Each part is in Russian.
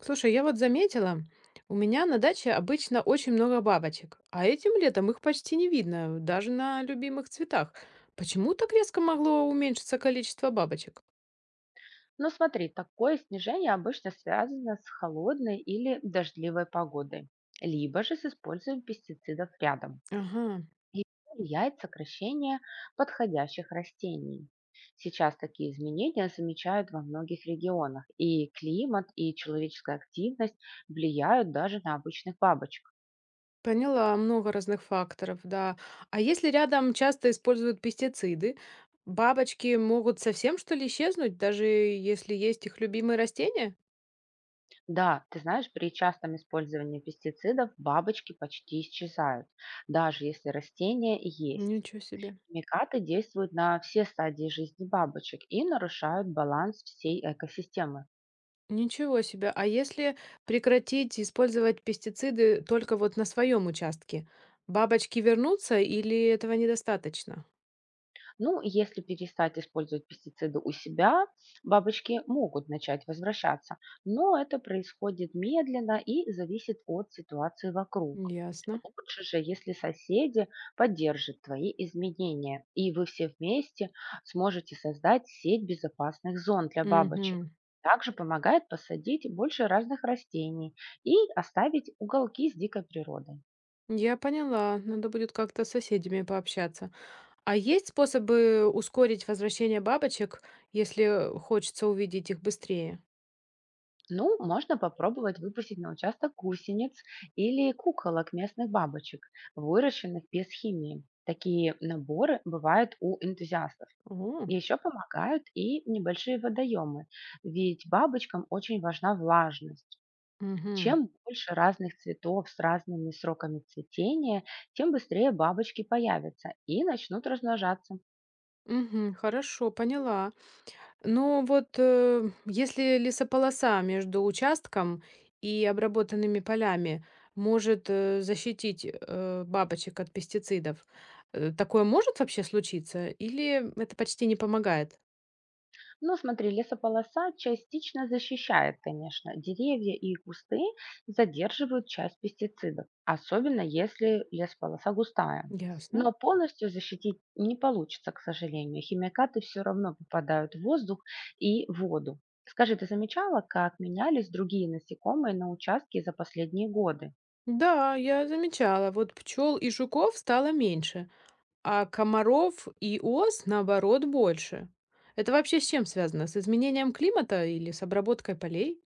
Слушай, я вот заметила, у меня на даче обычно очень много бабочек, а этим летом их почти не видно, даже на любимых цветах. Почему так резко могло уменьшиться количество бабочек? Но смотри, такое снижение обычно связано с холодной или дождливой погодой, либо же с использованием пестицидов рядом. Ага, И влияет сокращение подходящих растений. Сейчас такие изменения замечают во многих регионах, и климат, и человеческая активность влияют даже на обычных бабочек. поняла, много разных факторов, да. А если рядом часто используют пестициды, бабочки могут совсем что ли исчезнуть, даже если есть их любимые растения? Да, ты знаешь, при частом использовании пестицидов бабочки почти исчезают, даже если растения есть. Ничего себе. Химикаты действуют на все стадии жизни бабочек и нарушают баланс всей экосистемы. Ничего себе! А если прекратить использовать пестициды только вот на своем участке, бабочки вернутся или этого недостаточно? Ну, если перестать использовать пестициды у себя, бабочки могут начать возвращаться, но это происходит медленно и зависит от ситуации вокруг. Ясно. Лучше же, если соседи поддержат твои изменения, и вы все вместе сможете создать сеть безопасных зон для бабочек. Мгм. Также помогает посадить больше разных растений и оставить уголки с дикой природой. Я поняла. Надо будет как-то с соседями пообщаться. А есть способы ускорить возвращение бабочек, если хочется увидеть их быстрее? Ну, можно попробовать выпустить на участок гусениц или куколок местных бабочек, выращенных без химии. Такие наборы бывают у энтузиастов. О, Еще помогают и небольшие водоемы, ведь бабочкам очень важна влажность. угу. Чем больше разных цветов с разными сроками цветения, тем быстрее бабочки появятся и начнут размножаться. Угу, хорошо, поняла. Ну вот, если лесополоса между участком и обработанными полями может защитить бабочек от пестицидов, такое может вообще случиться? Или это почти не помогает? Ну, смотри, лесополоса частично защищает, конечно. Деревья и кусты задерживают часть пестицидов, особенно если лесополоса густая. Ясно. Но полностью защитить не получится, к сожалению. Химикаты все равно попадают в воздух и воду. Скажи, ты замечала, как менялись другие насекомые на участке за последние годы? Да, я замечала, вот пчел и жуков стало меньше, а комаров и ос, наоборот, больше. Это вообще с чем связано? С изменением климата или с обработкой полей?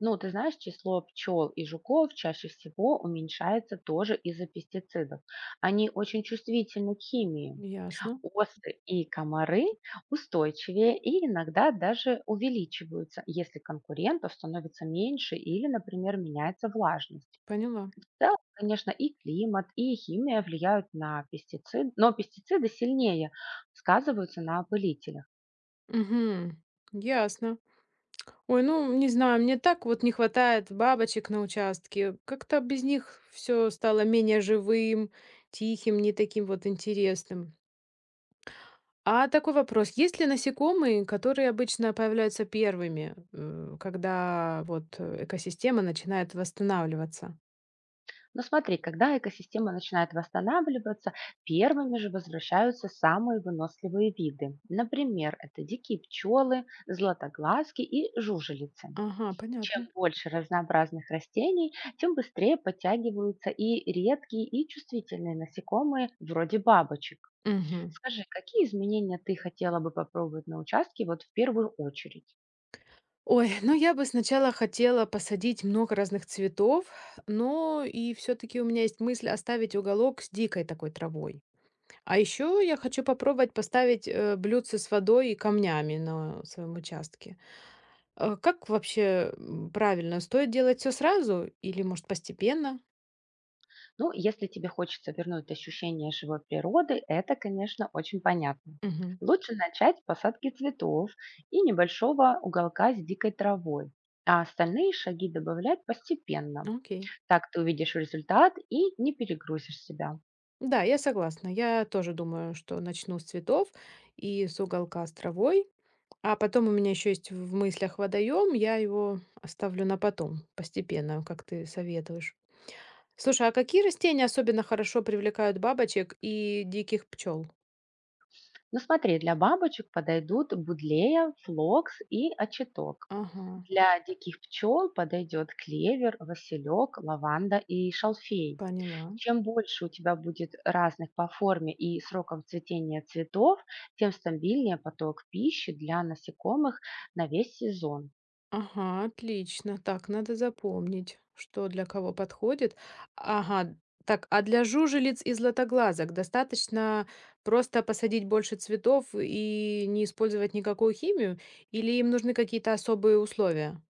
Ну, ты знаешь, число пчел и жуков чаще всего уменьшается тоже из-за пестицидов. Они очень чувствительны к химии. Ясно, Осы и комары устойчивее и иногда даже увеличиваются, если конкурентов становится меньше или, например, меняется влажность. поняла. В целом, конечно, и климат, и химия влияют на пестициды, но пестициды сильнее сказываются на опылителях. Угу, ясно. Ой, ну, не знаю, мне так вот не хватает бабочек на участке. Как-то без них все стало менее живым, тихим, не таким вот интересным. А такой вопрос. Есть ли насекомые, которые обычно появляются первыми, когда вот экосистема начинает восстанавливаться? Но смотри, когда экосистема начинает восстанавливаться, первыми же возвращаются самые выносливые виды. Например, это дикие пчелы, златоглазки и жужелицы. Ага, Чем понятно. больше разнообразных растений, тем быстрее подтягиваются и редкие, и чувствительные насекомые, вроде бабочек. Мгм. Скажи, какие изменения ты хотела бы попробовать на участке вот в первую очередь? Ой, ну я бы сначала хотела посадить много разных цветов, но и все-таки у меня есть мысль оставить уголок с дикой такой травой. А еще я хочу попробовать поставить блюдце с водой и камнями на своем участке. А как вообще правильно? Стоит делать все сразу или, может, постепенно? Ну, если тебе хочется вернуть ощущение живой природы, это, конечно, очень понятно. Мгм. Лучше начать с посадки цветов и небольшого уголка с дикой травой, а остальные шаги добавлять постепенно. Окей. Так ты увидишь результат и не перегрузишь себя. Да, я согласна. Я тоже думаю, что начну с цветов и с уголка с травой. А потом у меня еще есть в мыслях водоем, я его оставлю на потом, постепенно, как ты советуешь. Слушай, а какие растения особенно хорошо привлекают бабочек и диких пчел? Ну смотри, для бабочек подойдут будлея, флокс и очеток. Ага, Для диких пчел подойдет клевер, василек, лаванда и шалфей. поняла. Чем больше у тебя будет разных по форме и срокам цветения цветов, тем стабильнее поток пищи для насекомых на весь сезон. Ага, отлично. Так, надо запомнить, что для кого подходит. Ага, так, а для жужелиц и златоглазок достаточно просто посадить больше цветов и не использовать никакую химию? Или им нужны какие-то особые условия?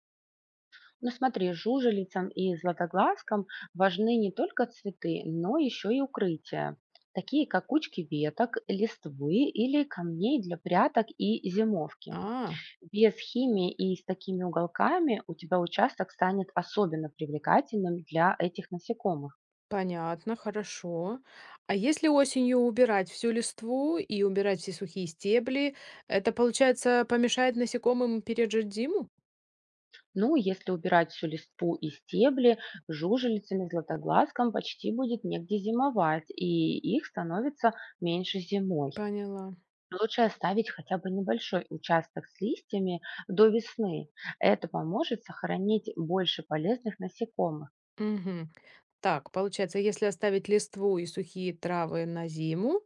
Ну смотри, жужелицам и златоглазкам важны не только цветы, но еще и укрытия, такие как кучки веток, листвы или камней для пряток и зимовки. А, Без химии и с такими уголками у тебя участок станет особенно привлекательным для этих насекомых. понятно, хорошо. А если осенью убирать всю листву и убирать все сухие стебли, это, получается, помешает насекомым пережить зиму? Ну, если убирать всю листву и стебли, жужелицам и златоглазкам почти будет негде зимовать, и их становится меньше зимой. Поняла. Лучше оставить хотя бы небольшой участок с листьями до весны. Это поможет сохранить больше полезных насекомых. Мгм. Так, получается, если оставить листву и сухие травы на зиму,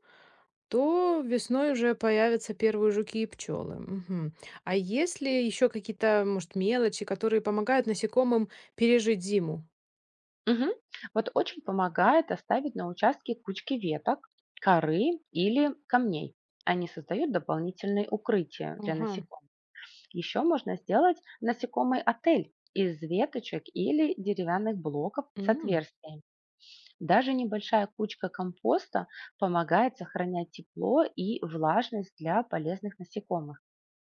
то весной уже появятся первые жуки и пчелы. Мгм. А есть ли еще какие-то, может, мелочи, которые помогают насекомым пережить зиму? Мгм. Вот очень помогает оставить на участке кучки веток, коры или камней. Они создают дополнительные укрытия для Ага. насекомых. Еще можно сделать насекомый отель из веточек или деревянных блоков с М. отверстиями. Даже небольшая кучка компоста помогает сохранять тепло и влажность для полезных насекомых.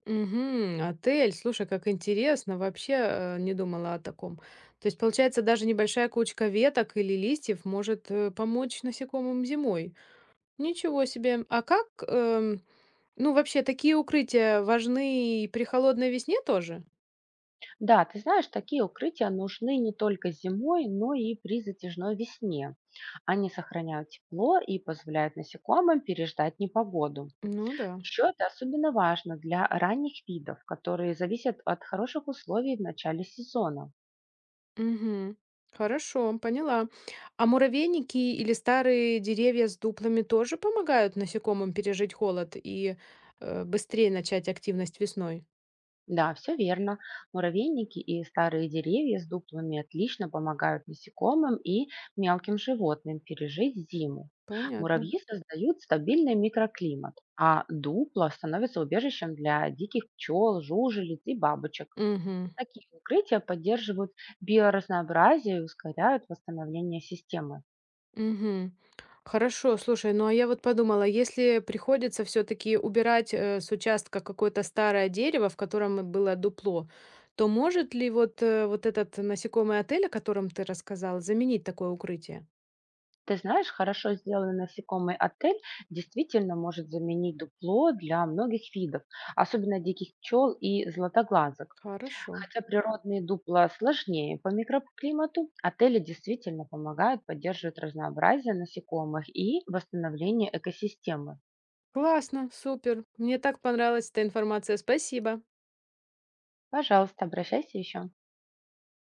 Мгм. Отель, слушай, как интересно, вообще не думала о таком. То есть, получается, даже небольшая кучка веток или листьев может помочь насекомым зимой. Ничего себе. А как ну, вообще, такие укрытия важны и при холодной весне тоже? Да, ты знаешь, такие укрытия нужны не только зимой, но и при затяжной весне. Они сохраняют тепло и позволяют насекомым переждать непогоду. Ну да. Еще это особенно важно для ранних видов, которые зависят от хороших условий в начале сезона. Мгм. Хорошо, поняла. А муравейники или старые деревья с дуплами тоже помогают насекомым пережить холод и быстрее начать активность весной? Да, все верно. Муравейники и старые деревья с дуплами отлично помогают насекомым и мелким животным пережить зиму. Понятно. Муравьи создают стабильный микроклимат, а дупла становятся убежищем для диких пчел, жужелиц и бабочек. Мгм. Такие укрытия поддерживают биоразнообразие и ускоряют восстановление системы. Мгм. Хорошо, слушай, ну а я вот подумала, если приходится все-таки убирать с участка какое-то старое дерево, в котором было дупло, то может ли вот, вот этот насекомый отель, о котором ты рассказал, заменить такое укрытие? Ты знаешь, хорошо сделанный насекомый отель действительно может заменить дупло для многих видов, особенно диких пчел и златоглазок. Хорошо. Хотя природные дупла сложнее по микроклимату, отели действительно помогают поддерживать разнообразие насекомых и восстановление экосистемы. Классно, супер. Мне так понравилась эта информация. Спасибо. Пожалуйста, обращайся еще.